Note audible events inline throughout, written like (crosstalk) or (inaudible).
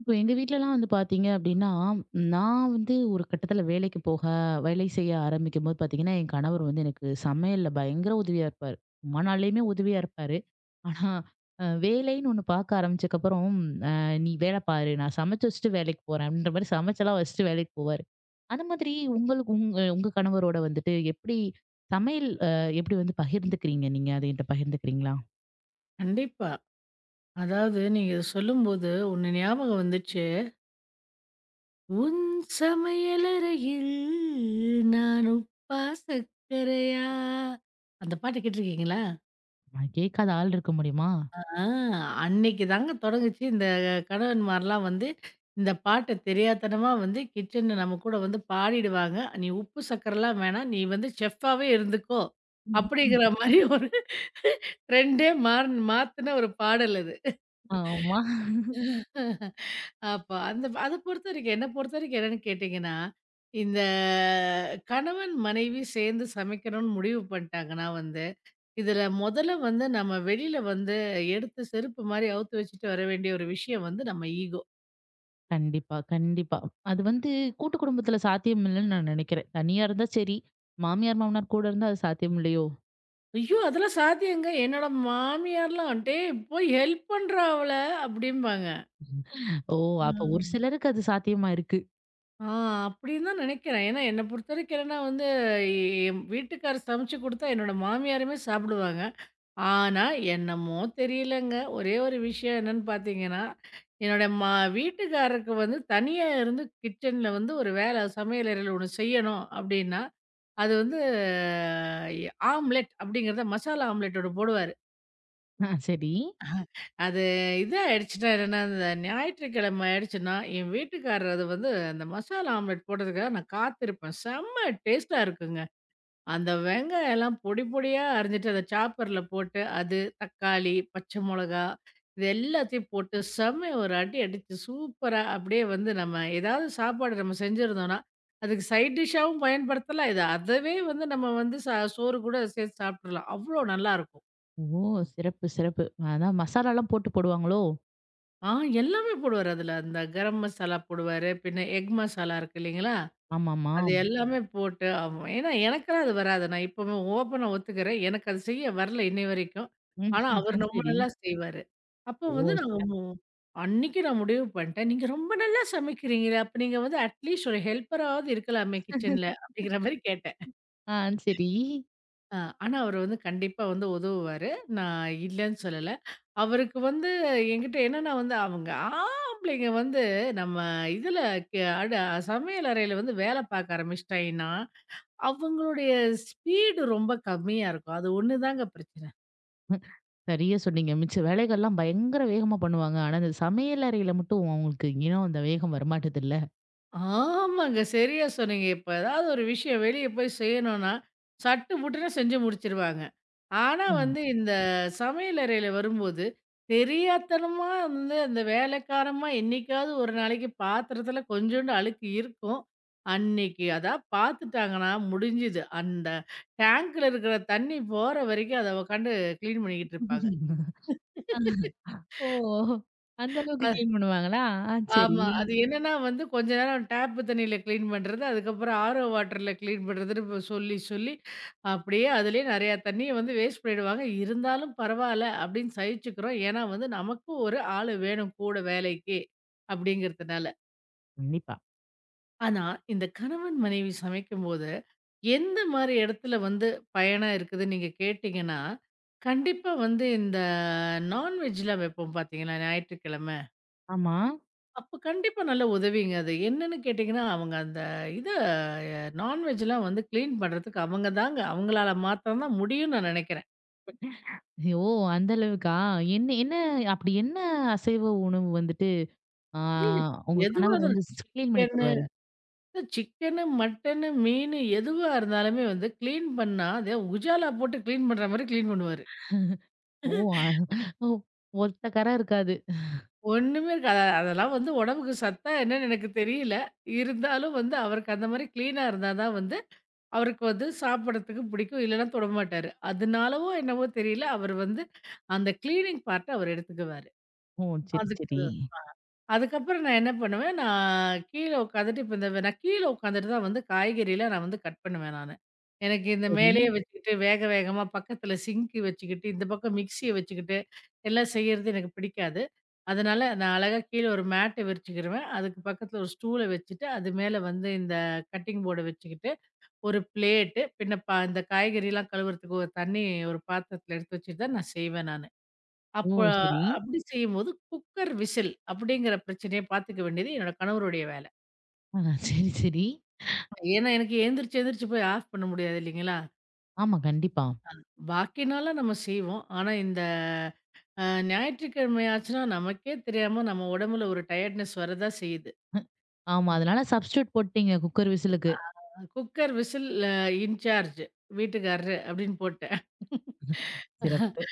இப்போ எங்க வீட்லலாம் வந்து பாத்தீங்க அப்டின்னா, நான் வந்து ஒரு கட்டத்துல வேலைக்கு போக வேலை செய்ய ஆரம்பிக்கும்போது பாத்தீங்கன்னா, என் கணவர் வந்து எனக்கு சமையல்ல பயங்கர உதவியா இருப்பாரு. சும்மா நாள்லயுமே உதவியா இருப்பாரு. ஆனா, வேலைன்னு ஒண்ணு பாக்க ஆரம்பிச்சக்கப்புறம், அ "நீ வேல பாரு, நான் சமைச்சு வச்சுட்டு வேலைக்கு போறேன்" அப்படின்ற மாரி சமைச்செல்லாம் வச்சுட்டு வேலைக்கு போவாரு. அந்த மாதிரி உங்களுக்கு உங்க உங்க கணவரோட வந்துட்டு எப்படி சமையல் எப்படி வந்து பகிர்ந்துக்கிறீங்க நீங்க? அத என்ட்ட பகிர்ந்துக்கிறீங்களா? கண்டிப்பா. அதாவது நீங்க இத சொல்லும்போது, ஒண்ணு ஞாபகம் வந்துச்சு. "உன் சமையலறையில் நான் உப்பா சர்க்கரையா" அந்த பாட்டு கேட்டுருக்கீங்களா? நான் கேட்காத ஆள் இருக்க முடியுமா? ஆ அன்னைக்கு தாங்க தொடங்குச்சு இந்த கணவன்மார்லாம் வந்து, இந்த பாட்ட தெரியாத்தனமா வந்து கிச்சன்ல நம்ம கூட வந்து பாடிடுவாங்க. "நீ உப்பு சர்க்கரைலாம் வேணாம். நீ வந்து செஃப்பாவே இருந்துக்கோ." அப்படிங்கிற மாரி ஒரு (laughs) ட்ரெண்டே மாறன் மாத்துன ஒரு பாடல் அது. ஆமா. அப்ப அத பொறுத்தவரைக்கும் என்னன்னு கேட்டீங்கன்னா, இந்த கணவன், மனைவி சேர்ந்து சமைக்கணும்னு முடிவு பண்ணிட்டாங்கன்னா வந்து, இதுல முதல்ல வந்து நம்ம வெளியில வந்து எடுத்து செருப்பு மாரி அவுத்து வச்சுட்டு வர வேண்டிய ஒரு விஷயம் வந்து நம்ம ஈகோ. கண்டிப்பா, கண்டிப்பா. அது வந்து கூட்டு குடும்பத்துல சாத்தியம் இல்லன்னு நான் நினைக்கிறேன். தனியா இருந்தா சரி. மாமியார், மாமனார் கூட இருந்தா அது சாத்தியம் இல்லையோ? "ஐயோ! அதெல்லாம் சாத்தியங்க. என்னோட மாமியார்லாம் "டேய் போய் ஹெல்ப் பண்றா அவள" அப்படிம்பாங்க. ஓ! அப்ப ஒரு ம். சிலருக்கு அது சாத்தியமா இருக்கு. ஆ அப்படின்னு தான் நினைக்கிறேன். ஏன்னா என்ன பொறுத்தவரைக்கும் என்னன்னா வந்து, எ என் வீட்டுக்காரர் சமைச்சு குடுத்தா என்னோட மாமியாருமே சாப்பிடுவாங்க. ஆனா, என்னமோ தெரியலங்க. ஒரே ஒரு விஷயம் என்னன்னு பார்த்தீங்கன்னா, என்னோட வீட்டுக்காரருக்கு வந்து தனியா இருந்து கிச்சன்ல வந்து ஒரு வேலை சமையலறையில ஒண்ணு செய்யணும் அப்படின்னா, அது வந்து ஆம்லெட் அப்படிங்கிறத மசாலா ஆம்லெட் ஒண்ணு போடுவாரு. ஆ சரி. அது இது ஆயிடுச்சுன்னா என்னன்னா, இந்த ஞாயிற்றுக்கிழமை ஆயிடுச்சுன்னா, என் வீட்டுக்காரர் அது வந்து அந்த மசாலா ஆம்லெட் போடுறதுக்காக நான் காத்திருப்பேன். செம்ம டேஸ்ட்டா இருக்குங்க. அந்த வெங்காயம் எல்லாம் பொடி பொடியா அரிஞ்சிட்டு அத சாப்பர்ல போட்டு, அது தக்காளி, பச்சை மொளகா இது எல்லாத்தையும் போட்டு செம்மையா ஒரு அடி அடிச்சு சூப்பரா அப்படியே வந்து நம்ம ஏதாவது சாப்பாடு நம்ம செஞ்சிருந்தோம்னா, அதுக்கு சைட் டிஷ்ஷாவும் பயன்படுத்தலாம். இது அதவே வந்து நம்ம வந்து சோறு கூட சேர்த்து சாப்பிட்டுறலாம். அவ்ளோ நல்லாருக்கும். ஓ! சிறப்பு, சிறப்பு. அதான் மசாலாலாம் போட்டு போடுவாங்களோ? ஆ எல்லாமே போடுவாரு அதுல. அந்த கரம் மசாலா போடுவாரு, பின்ன எக் மசாலா இருக்கு இல்லைங்களா? ஆமாமா. அது எல்லாமே போட்டு ஆமா. ஏன்னா எனக்கெல்லாம் அது வராது. நான் இப்பவும் ஓப்பனா ஒத்துக்கிறேன். எனக்கு அது செய்ய வரல இன்னை வரைக்கும். ம். ஆனா, அவர் ரொம்ப சரி. நல்லா செய்வாரு. அப்போ ஓ! வந்து நாங்க சிறப் மு அன்னைக்கு நான் முடிவு பண்ணிட்டேன். "நீங்க ரொம்ப நல்லா சமைக்கிறீங்களே! அப்ப நீங்க வந்து அட்லீஸ்ட் ஒரு ஹெல்ப்பராவது இருக்கலாமே கிச்சன்ல" அப்படிங்கிற மாரி கேட்டேன். ஆ சரி. அ ஆனா அவரு வந்து கண்டிப்பா வந்து உதவுவாரு. நான் இல்லன்னு சொல்லல. அவருக்கு வந்து என்கிட்ட என்னன்னா வந்து அவங்க ஆம்பளைங்க வந்து நம்ம இதுல கெ அட சமையல் அறையில வந்து வேல பார்க்க ஆரம்பிச்சுட்டாய்ங்கன்னா அவங்களுடைய ஸ்பீடு ரொம்ப கம்மியா இருக்கும். அது ஒண்ணு தாங்க பிரச்சனை. சரியா சொன்னீங்க. மிச்ச வேலைகள்லாம் பயங்கர வேகமா பண்ணுவாங்க. ஆனா, அந்த சமையல் அறையில மட்டும் அவங்களுக்கு ஏனோ அந்த வேகம் வரமாட்டதுல்ல. ஆமாங்க. சரியா சொன்னீங்க. இப்ப ஏதாவது ஒரு விஷயம் வெளிய போய் செய்யணும்னா, சட்டு புட்டுன்னு செஞ்சு முடிச்சுருவாங்க. ஆனா வந்து இந்த சமையல் அறையில வரும்போது, தெரியாத்தனமா வந்து அந்த வேலைக்காரமா என்னைக்காவது ஒரு நாளைக்கு பாத்திரத்துல கொஞ்சோண்டு அழுக்கு இருக்கும். அன்னைக்கு அதா பாத்துட்டாங்கன்னா முடிஞ்சுது. அந்த டேங்க்ல இருக்கிற தண்ணி போற வரைக்கும் அத உக்காந்து கிளீன் பண்ணிக்கிட்டு இருப்பாங்க. ஆமா. ஓ! அந்த அளவுக்கு கிளீன் பண்ணுவாங்களா? ஆ சரி. ஆமா. அது என்னன்னா வந்து கொஞ்ச நேரம் டேப்பு தண்ணீல கிளீன் பண்றது, அதுக்கப்புறம் ஆரோ வாட்டர்ல கிளீன் பண்றதுன்னு இப்ப சொல்லி, அப்படியே அதிலேயே நெறையா தண்ணிய வந்து வேஸ்ட் பண்ணிடுவாங்க. இருந்தாலும் பரவால்ல அப்படின்னு சகிச்சுக்கிறோம். ஏன்னா வந்து நமக்கும் ஒரு ஆளு வேணும் கூட வேலைக்கு அப்படிங்கிறதுனால. கண்டிப்பா. ஆனா இந்த கணவன் மனைவி சமைக்கும்போது, எந்த மாரி இடத்துல வந்து பயணம் இருக்குதுன்னு நீங்க கேட்டீங்கன்னா, கண்டிப்பா வந்து இந்த நான்வெஜ்லாம் வைப்போம் பார்த்தீங்களா ஞாயிற்றுக்கிழம. ஆமா. அப்ப கண்டிப்பா நல்ல உதவிங்க அது. என்னன்னு கேட்டீங்கன்னா, அவங்க அந்த இத நான்வெஜ்லாம் வந்து கிளீன் பண்றதுக்கு அவங்க தாங்க. அவங்களால மாத்திரம் தான் முடியும்னு நான் நெனைக்கிறேன். ஓ! அந்த அளவுக்கா? என்ன என்ன அப்படி என்ன அசைவ உணவு வந்துட்டு, ஆ இல்ல உங்க எதுவா கணவர் இருந்தாலும் வந்து கிளீன் பண்ணி சிக்கனு தருவாரு? சிக்கனு, மட்டனு, மீனு எதுவா இருந்தாலுமே வந்து கிளீன் பண்ணா, அதே உஜாலா போட்டு கிளீன் பண்ற மாரி கிளீன் பண்ணுவாரு. ஓ! அ ஓ! ஒத்த கர இருக்காது. ஒண்ணுமே இருக்காது. அதெல்லாம் வந்து உடம்புக்கு சத்தா என்னன்னு எனக்கு தெரியல. இருந்தாலும் வந்து அவருக்கு அந்த மாரி கிளீனா இருந்தா தான் வந்து அவருக்கு வந்து சாப்பிடறதுக்கு பிடிக்கும். இல்லன்னா தொடமாட்டாரு. அதனாலவோ என்னவோ தெரியல, அவர் வந்து அந்த கிளீனிங் பார்ட்ட அவர் எடுத்துக்குவாரு. ஓ! சரி, அதுக்கு சரி. அதுக்கப்புறம் நான் என்ன பண்ணுவேன், நான் கீழ உட்காந்துட்டு இப்ப இந்த நான் கீழ உட்காந்துட்டு தான் வந்து காய்கறிலாம் நான் வந்து கட் பண்ணுவேன் நானு. எனக்கு இந்த சரி. மேலேயே வச்சுக்கிட்டு வேக வேகமா பக்கத்துல சிங்க் வச்சுக்கிட்டு, இந்த பக்கம் மிக்ஸிய வச்சுக்கிட்டு எல்லாம் செய்யறது எனக்கு பிடிக்காது. அதனால நான் அழகா கீழ ஒரு மேட்ட விரிச்சுக்கிருவேன். அதுக்கு பக்கத்துல ஒரு ஸ்டூல வச்சுட்டு, அது மேல வந்து இந்த கட்டிங் போர்ட வச்சுக்கிட்டு ஒரு பிளேட்டு, பின்ன இந்த காய்கறிலாம் கழுவுறதுக்கு ஒரு தண்ணி ஒரு பாத்திரத்தில எடுத்து வச்சுட்டு தான் நான் செய்வேன் நானு. ஓ! அப்ப சரி. அப்படி செய்யும்போது குக்கர் விசில் அப்படிங்கிற பிரச்சனைய பார்த்துக்க வேண்டியது என்னோட கணவருடைய வேலை. ஆ சரி, சரி. ஏன்னா, எனக்கு எந்திரிச்சு எந்திரிச்சு போய் ஆஃப் பண்ண முடியாது இல்லைங்களா? ஆமா, கண்டிப்பா. பாக்கி நாள்லாம் நம்ம செய்வோம். ஆனா இந்த அ ஞாயிற்றுக்கிழமை ஆச்சுன்னா நமக்கே தெரியாம நம்ம உடம்புல ஒரு டயர்ட்னஸ் வரதான் செய்யுது. ஆமா, அதனால சப்ஸ்டிட்யூட் போட்டீங்க குக்கர் விசிலுக்கு. குக்கர் விசில் இன்சார்ஜ் வீட்டுக்காரரு அப்படின்னு போட்டேன். சிறப்பு.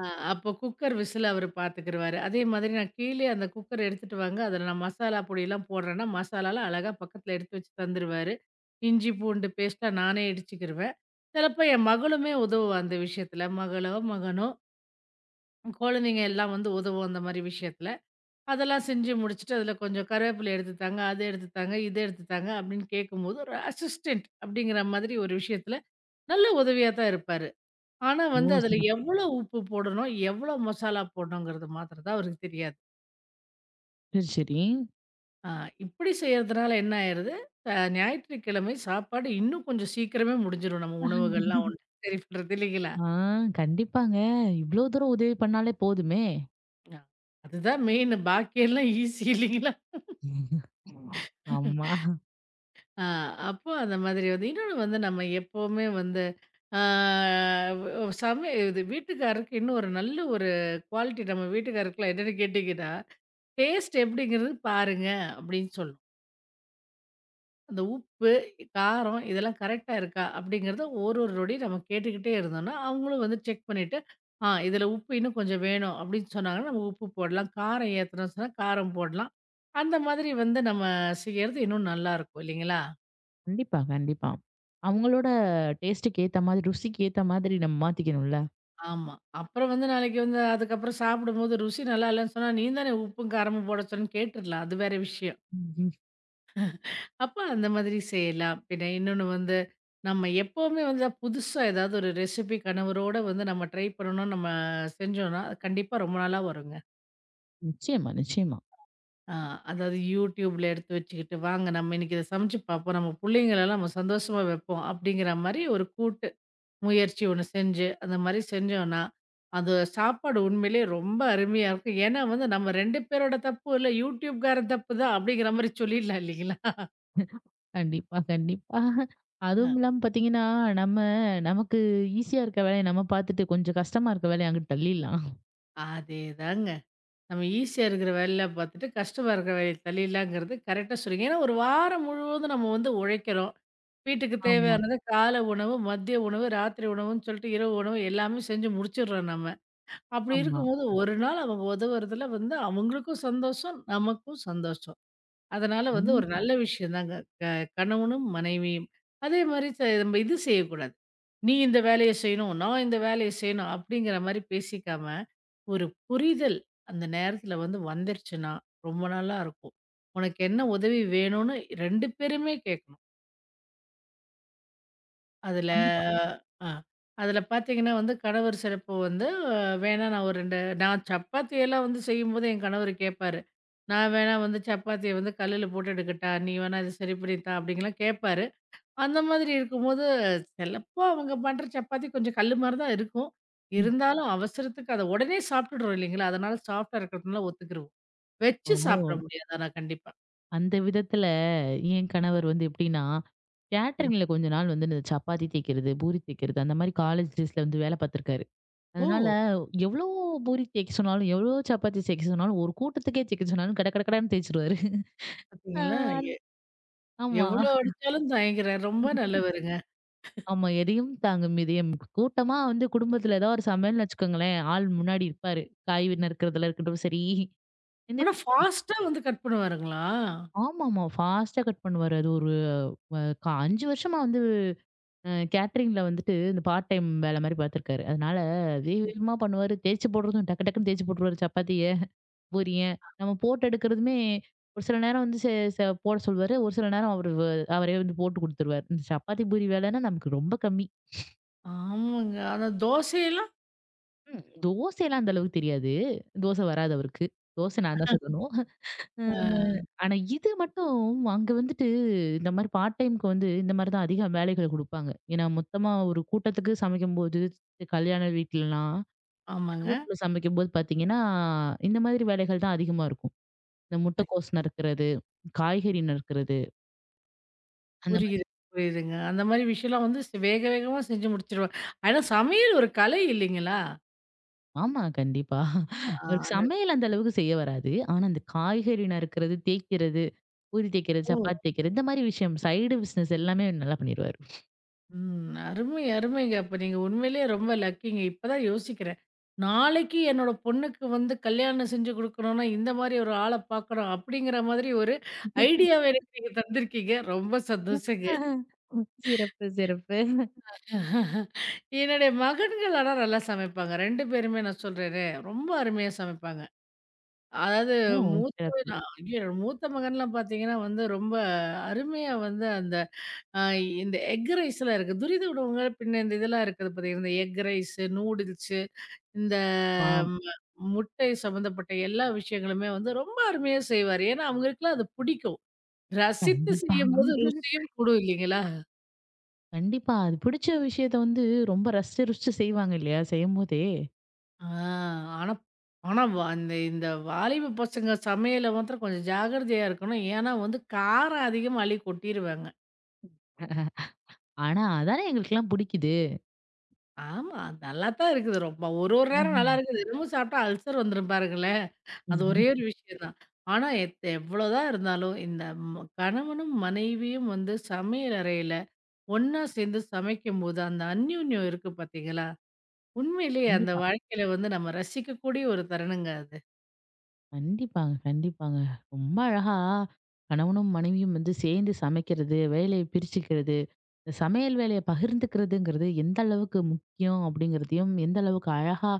ஆ, அப்போ குக்கர் விசில் அவரு பார்த்துக்கிருவாரு. அதே மாதிரி நான் கீழயே அந்த குக்கர் எடுத்துட்டு வாங்க, அதில நான் மசாலா பொடிலாம் போடுறேன்னா, மசாலாலாம் அழகா பக்கத்தில எடுத்து வச்சு தந்துருவாரு. இஞ்சி, பூண்டு பேஸ்ட்டா நானே இடிச்சுக்கிருவேன். சிலப்போ என் மகளுமே உதவுவா அந்த விஷயத்தில. மகளோ, மகனோ குழந்தைங்க எல்லாம் வந்து உதவும் அந்த மாரி விஷயத்தில. அதெல்லாம் செஞ்சு முடிச்சுட்டு, அதில கொஞ்சம் கருவேப்பிலை எடுத்து தாங்க, அது எடுத்து தாங்க, இது எடுத்து தாங்க அப்படின்னு கேட்கும்போது, ஒரு அசிஸ்டன்ட் அப்படிங்கிற மாதிரி ஒரு விஷயத்தில நல்ல உதவியா தான் இருப்பாரு. ஆனா ஓ! வந்து அதுல சிறப்பு. எவ்வளோ உப்பு போடணும், எவ்வளோ மசாலா போடணுங்கிறது மாத்திரம் தான் அவருக்கு தெரியாது. சரி, சரி. ஆ இப்படி செய்றதுனால என்ன ஆயிருது, ஞாயிற்றுக்கிழமை சாப்பாடு இன்னும் கொஞ்சம் சீக்கிரமே முடிஞ்சிரும். நம்ம உணவுகள்லாம் ஒண்ணு சரி பண்றது இல்லைங்களா? ஆ கண்டிப்பாங்க. இவ்ளோ தூரம் உதவி பண்ணாலே போதுமே! அ அதுதான் மெயின் பாக்கியெல்லாம் ஈஸி இல்லைங்களா? ஆமா. ஆ அப்போ அந்த மாதிரி வந்து இன்னொன்னு வந்து நம்ம எப்பவுமே வந்து ஆ வ் சமை இது வீட்டுக்காரருக்கு இன்னும் ஒரு நல்ல ஒரு குவாலிட்டி நம்ம வீட்டுக்காருக்குலாம் என்னன்னு கேட்டீங்கன்னா, டேஸ்ட் எப்படிங்கிறது பாருங்க அப்படின்னு சொல்லும். அந்த உப்பு, காரம் இதெல்லாம் கரெக்ட்டா இருக்கா? அப்படிங்கிறத ஒரு ஒரு நொடி நம்ம கேட்டுக்கிட்டே இருந்தோம்னா, அவங்களும் வந்து செக் பண்ணிட்டு, இதில உப்பு இன்னும் கொஞ்சம் வேணும் அப்படின்னு சொன்னாங்கன்னா, நம்ம உப்பு போடலாம். காரம் ஏத்தணும்னு சொன்னா காரம் போடலாம். அந்த மாதிரி வந்து நம்ம செய்யறது இன்னும் நல்லாயிருக்கும் இல்லைங்களா? கண்டிப்பா, கண்டிப்பா. அவங்களோட டேஸ்ட்டுக்கு ஏத்த மாதிரி, ருசிக்கு ஏத்த மாதிரி நம்ம மாத்திக்கணும்ல. ஆமா. அப்புறம் வந்து நாளைக்கு வந்து அதுக்கப்புறம் சாப்பிடும்போது ருசி நல்லா இல்லன்னு சொன்னா, "நீ தானே உப்பும், காரமும் போட சொன்னேன்னு" கேட்டுறலாம். அது வேற விஷயம். ம்ஹ்ம். அப்ப அந்த மாதிரி செய்யலாம். பின்ன இன்னொன்னு வந்து, நம்ம எப்பவுமே வந்து புதுசா ஏதாவது ஒரு ரெசிபி கணவரோட வந்து நம்ம ட்ரை பண்ணணும்னு நம்ம செஞ்சோம்னா, அது கண்டிப்பா ரொம்ப நாளா வருங்க. நிச்சயமா, நிச்சயமா. ஆ அதாவது YouTubeல எடுத்து வச்சுக்கிட்டு, "வாங்க நம்ம இன்னைக்கு இத சமைச்சு பார்ப்போம். நம்ம புள்ளைங்களலாம் நம்ம சந்தோஷமா வைப்போம்." அப்படிங்கிற மாரி ஒரு கூட்டு முயற்சி ஒண்ணு செஞ்சு, அந்த மாரி செஞ்சோம்னா, அந்த சாப்பாடு உண்மையிலேயே ரொம்ப அருமையா இருக்கும். ஏன்னா வந்து நம்ம 2 பேரோட தப்பு இல்ல, YouTubeகாரன் தப்பு தான் அப்படிங்கிற மாரி சொல்லிடலாம் இல்லைங்களா? கண்டிப்பா, கண்டிப்பா. அதுவும் இல்லாம பார்த்தீங்கன்னா, நம்ம நமக்கு ஈஸியா இருக்க வேலைய நம்ம பார்த்துட்டு, கொஞ்சம் கஷ்டமா இருக்க வேலைய அங்கிட்டு தள்ளிடலாம். அதேதாங்க. நம்ம ஈஸியா இருக்கிற வேலையில பார்த்துட்டு, கஷ்டமா இருக்கிற வேலைய தள்ளிடலாங்கிறது கரெக்ட்டா சொன்னீங்க. ஏன்னா, ஒரு வாரம் முழுவதும் நம்ம வந்து உழைக்கிறோம். வீட்டுக்கு ஆமா, தேவையானது கால உணவு, மதிய உணவு, ராத்திரி உணவுன்னு சொல்லிட்டு இரவு உணவு எல்லாமே செஞ்சு முடிச்சுடுறோம் நம்ம. அப்படி ஆமா. இருக்கும்போது ஒரு நாள் அவங்க உதவுறதுல வந்து அவங்களுக்கும் சந்தோஷம், நமக்கும் சந்தோஷம். அதனால வந்து ஒரு கண்டிப்பா, நல்ல விஷயம் தாங்க. க கணவனும், மனைவியும். அதே மாரி நம்ம இது செய்யக்கூடாது. "நீ இந்த வேலைய செய்யணும், நான் இந்த வேலைய செய்யணும்" அப்படிங்கிற மாரி பேசிக்காம ஒரு புரிதல் அந்த நேரத்துல வந்து வந்துருச்சுன்னா, ரொம்ப நல்லா இருக்கும். உனக்கு என்ன உதவி வேணும்னு 2 பேருமே கேட்கணும். அதுல கண்டிப்பா. ம். அதுல பார்த்தீங்கன்னா வந்து கணவர் சிலப்போ வந்து அஹ், வேணா நான் ஒரு 2 நான் சப்பாத்தியெல்லாம் வந்து செய்யும்போது என் கணவர் கேட்பாரு. நான் வேணா வந்து சப்பாத்திய வந்து கல்லுல போட்டு எடுக்கட்டா? நீ வேணா இத சரி பண்ணி தா? அப்படின்லாம் கேட்பாரு. அந்த மாதிரி இருக்கும்போது, சிலப்போ அவங்க பண்ற சப்பாத்தி கொஞ்சம் கல்லு மாரி தான் இருக்கும். ம். இருந்தாலும் அவசரத்துக்கு அத உடனே சாப்பிட்டுடுறோம் இல்லைங்களா? அதனால சாஃப்ட்டா இருக்கிறதுனால ஒத்துக்கிருவோம். வச்சு ஓ! சாப்பிட முடியாது ஆனா கண்டிப்பா. அந்த விதத்துல என் கணவர் வந்து எப்படின்னா, சொல்லுங்க. கேட்டரிங்ல கொஞ்ச நாள் வந்து இந்த சப்பாத்தி தேய்க்கிறது, பூரி தேய்க்கிறது அந்த மாரி காலேஜ் டேஸ்ல வந்து வேலை பார்த்துருக்காரு. அதனால ஓ! எவ்வளோ பூரி தேய்க்க சொன்னாலும், எவ்வளோ சப்பாத்தி தேய்க்க சொன்னாலும், ஒரு கூட்டத்துக்கே தேய்க்க சொன்னாலும் கட கட கடன்னு தேய்ச்சுருவாரு. ஆ பார்த்தீங்களா? எ ஆமா, எவ்வளோ அடிச்சாலும் தயங்குறாரு. ரொம்ப நல்லவருங்க. ஆமா. எதையும் தாங்கும் இதயம். கூட்டமா வந்து குடும்பத்துல ஏதாவது ஒரு சமையல்னு வச்சுக்கோங்களேன், ஆள் முன்னாடி இருப்பாரு. காய் நறுக்கிறதுல இருக்கட்டும் சரி. இந்த ஆனா ஃபாஸ்ட்டா வந்து கட் பண்ணுவாருங்களா? ஆமாமா. ஃபாஸ்ட்டா கட் பண்ணுவாரு. அது ஒரு அ க 5 வருஷமா வந்து கேட்டரிங்ல வந்துட்டு இந்த பார்ட் டைம் வேல மாரி பார்த்துருக்காரு. அதனால வேக வேகமா பண்ணுவாரு. தேய்ச்சு போடுறதும் டக்கு டக்குன்னு தேய்ச்சு போட்டுருவாரு சப்பாத்திய, பூரிய. நம்ம போட்டு எடுக்கிறதுமே ஒரு சில நேரம் வந்து செ செ போட சொல்லுவாரு. ஒரு சில நேரம் அவரு வ அவரே வந்து போட்டு குடுத்துருவாரு. இந்த சப்பாத்தி, பூரி வேலைன்னா நமக்கு ரொம்ப கம்மி. ஆமாங்க. ஆனா தோசையெல்லாம் தோசைலாம் அந்த அளவுக்கு தெரியாது. தோசை வராது அவருக்கு. தோசை நான் தான் சுடணும். அ அ ஆனா இது மட்டும் அங்க வந்துட்டு இந்த மாரி பார்ட் டைம்க்கு வந்து இந்த மாரி தான் அதிக வேலைகள் குடுப்பாங்க. ஏன்னா மொத்தமா ஒரு கூட்டத்துக்கு சமைக்கும்போது, கல்யாண வீட்லலாம் ஆமாங்க. குடும்பத்துல சமைக்கும்போது பாத்தீங்கன்னா, இந்த மாதிரி வேலைகள் தான் அதிகமா இருக்கும். இந்த ஐ முட்டைக்கோஸ் நறுக்குறது, காய்கறி நறுக்குறது அந்த மாதிரி. புரியுது, புரியுதுங்க. அந்த மாரி விஷயம்லாம் வந்து வேக வேகமா செஞ்சு முடிச்சுருவாங்க. ஆனா சமையல் ஒரு கலை இல்லைங்களா? ஆமா, கண்டிப்பா. ஆ அவருக்கு அந்த சமையல் அந்த அளவுக்கு செய்ய வராது. ஆனா அந்த காய்கறி நறுக்குறது, தேய்க்கிறது, பூரி தேய்க்கிறது, ஓ! சப்பாத்தி தேய்க்கிறது இந்த மாதிரி விஷயம் சைடு பிசினஸ் எல்லாமே நல்லா பண்ணிருவாரு. ம். அருமை, அருமைங்க. அப்ப நீங்க உண்மையிலேயே ரொம்ப லக்கிங்க. இப்பதான் யோசிக்கிறேன். நாளைக்கு என்னோட பொண்ணுக்கு வந்து கல்யாணம் செஞ்சு குடுக்கணும்னா, இந்த மாரி ஒரு ஆள பாக்கணும். அப்படிங்கிற மாதிரி ஒரு ஐடியாவ எனக்கு நீங்க தந்திருக்கீங்க. ரொம்ப சந்தோஷங்க. சிறப்பு, சிறப்பு. என்னுடைய மகன்கள் ஆனா நல்லா சமைப்பாங்க. 2 பேருமே நான் சொல்றேனே, ரொம்ப அருமையா சமைப்பாங்க. அதாவது ஓ! மூத்தவன் சிறப்பு. ஐயோ! மூத்த மகன்லாம் பாத்தீங்கன்னா வந்து ரொம்ப அருமையா வந்து அந்த ஆ இந்த எக் ரைஸ்லாம் இருக்கு. துரித உணவுகள் பின்ன இந்த இதெல்லாம் இருக்குது பார்த்தீங்கன்னா, இந்த எக் ரைஸ், நூடுல்ஸு, இந்த ஆம். ம முட்டை சம்மந்தப்பட்ட எல்லா விஷயங்களுமே வந்து ரொம்ப அருமையா செய்வாரு. ஏன்னா, அவங்களுக்குலாம் அது பிடிக்கும். ரசித்து கண்டிப்பா. செய்யும்போது ருசியும் கூடும் இல்லைங்களா? கண்டிப்பா. அது பிடிச்ச விஷயத்த வந்து ரொம்ப ரசிச்சு, ருசிச்சு செய்வாங்க இல்லையா? செய்யும்போதே. ஆ ஆனா ஆனா வ அந்த இந்த வாலிப பசங்க சமையல்ல மாத்திரம் கொஞ்சம் ஜாக்கிரதையா இருக்கணும். ஏன்னா வந்து காரம் அதிகமா அள்ளி கொட்டிருவாங்க. ஆனா, அதானே எங்களுக்கெல்லாம் பிடிக்குது. ஆமா. நல்லா தான் இருக்குது ரொம்ப. ஒரு ஒரு நேரம் நல்லா இருக்குது. தினமும் சாப்பிட்டா அல்சர் வந்துரும் பாருங்களேன். அது ஒரே ம். ஒரு விஷயம் தான். ஆனா எவ்வளோதான் இருந்தாலும் இந்த கணவனும், மனைவியும் வந்து சமையல் அறையில ஒண்ணா சேர்ந்து சமைக்கும்போது, அந்த அந்யோன்யம் இருக்கு பார்த்தீங்களா? உண்மையிலேயே அந்த கண்டிப்பா. வாழ்க்கையில வந்து நம்ம ரசிக்கக்கூடிய ஒரு தருணங்க அது. கண்டிப்பாங்க, கண்டிப்பாங்க. ரொம்ப அழகா கணவனும், மனைவியும் வந்து சேர்ந்து சமைக்கிறது, வேலைய பிரிச்சுக்கிறது, இந்த சமையல் வேலைய பகிர்ந்துக்கிறதுங்கிறது எந்த அளவுக்கு முக்கியம் அப்படிங்கிறதையும், எந்த அளவுக்கு அழகா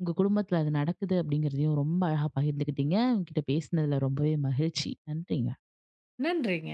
உங்க குடும்பத்துல அது நடக்குது அப்படிங்கிறதையும் ரொம்ப அழகா பகிர்ந்துக்கிட்டீங்க. உங்ககிட்ட பேசினதுல ரொம்பவே மகிழ்ச்சி. நன்றிங்க. நன்றிங்க.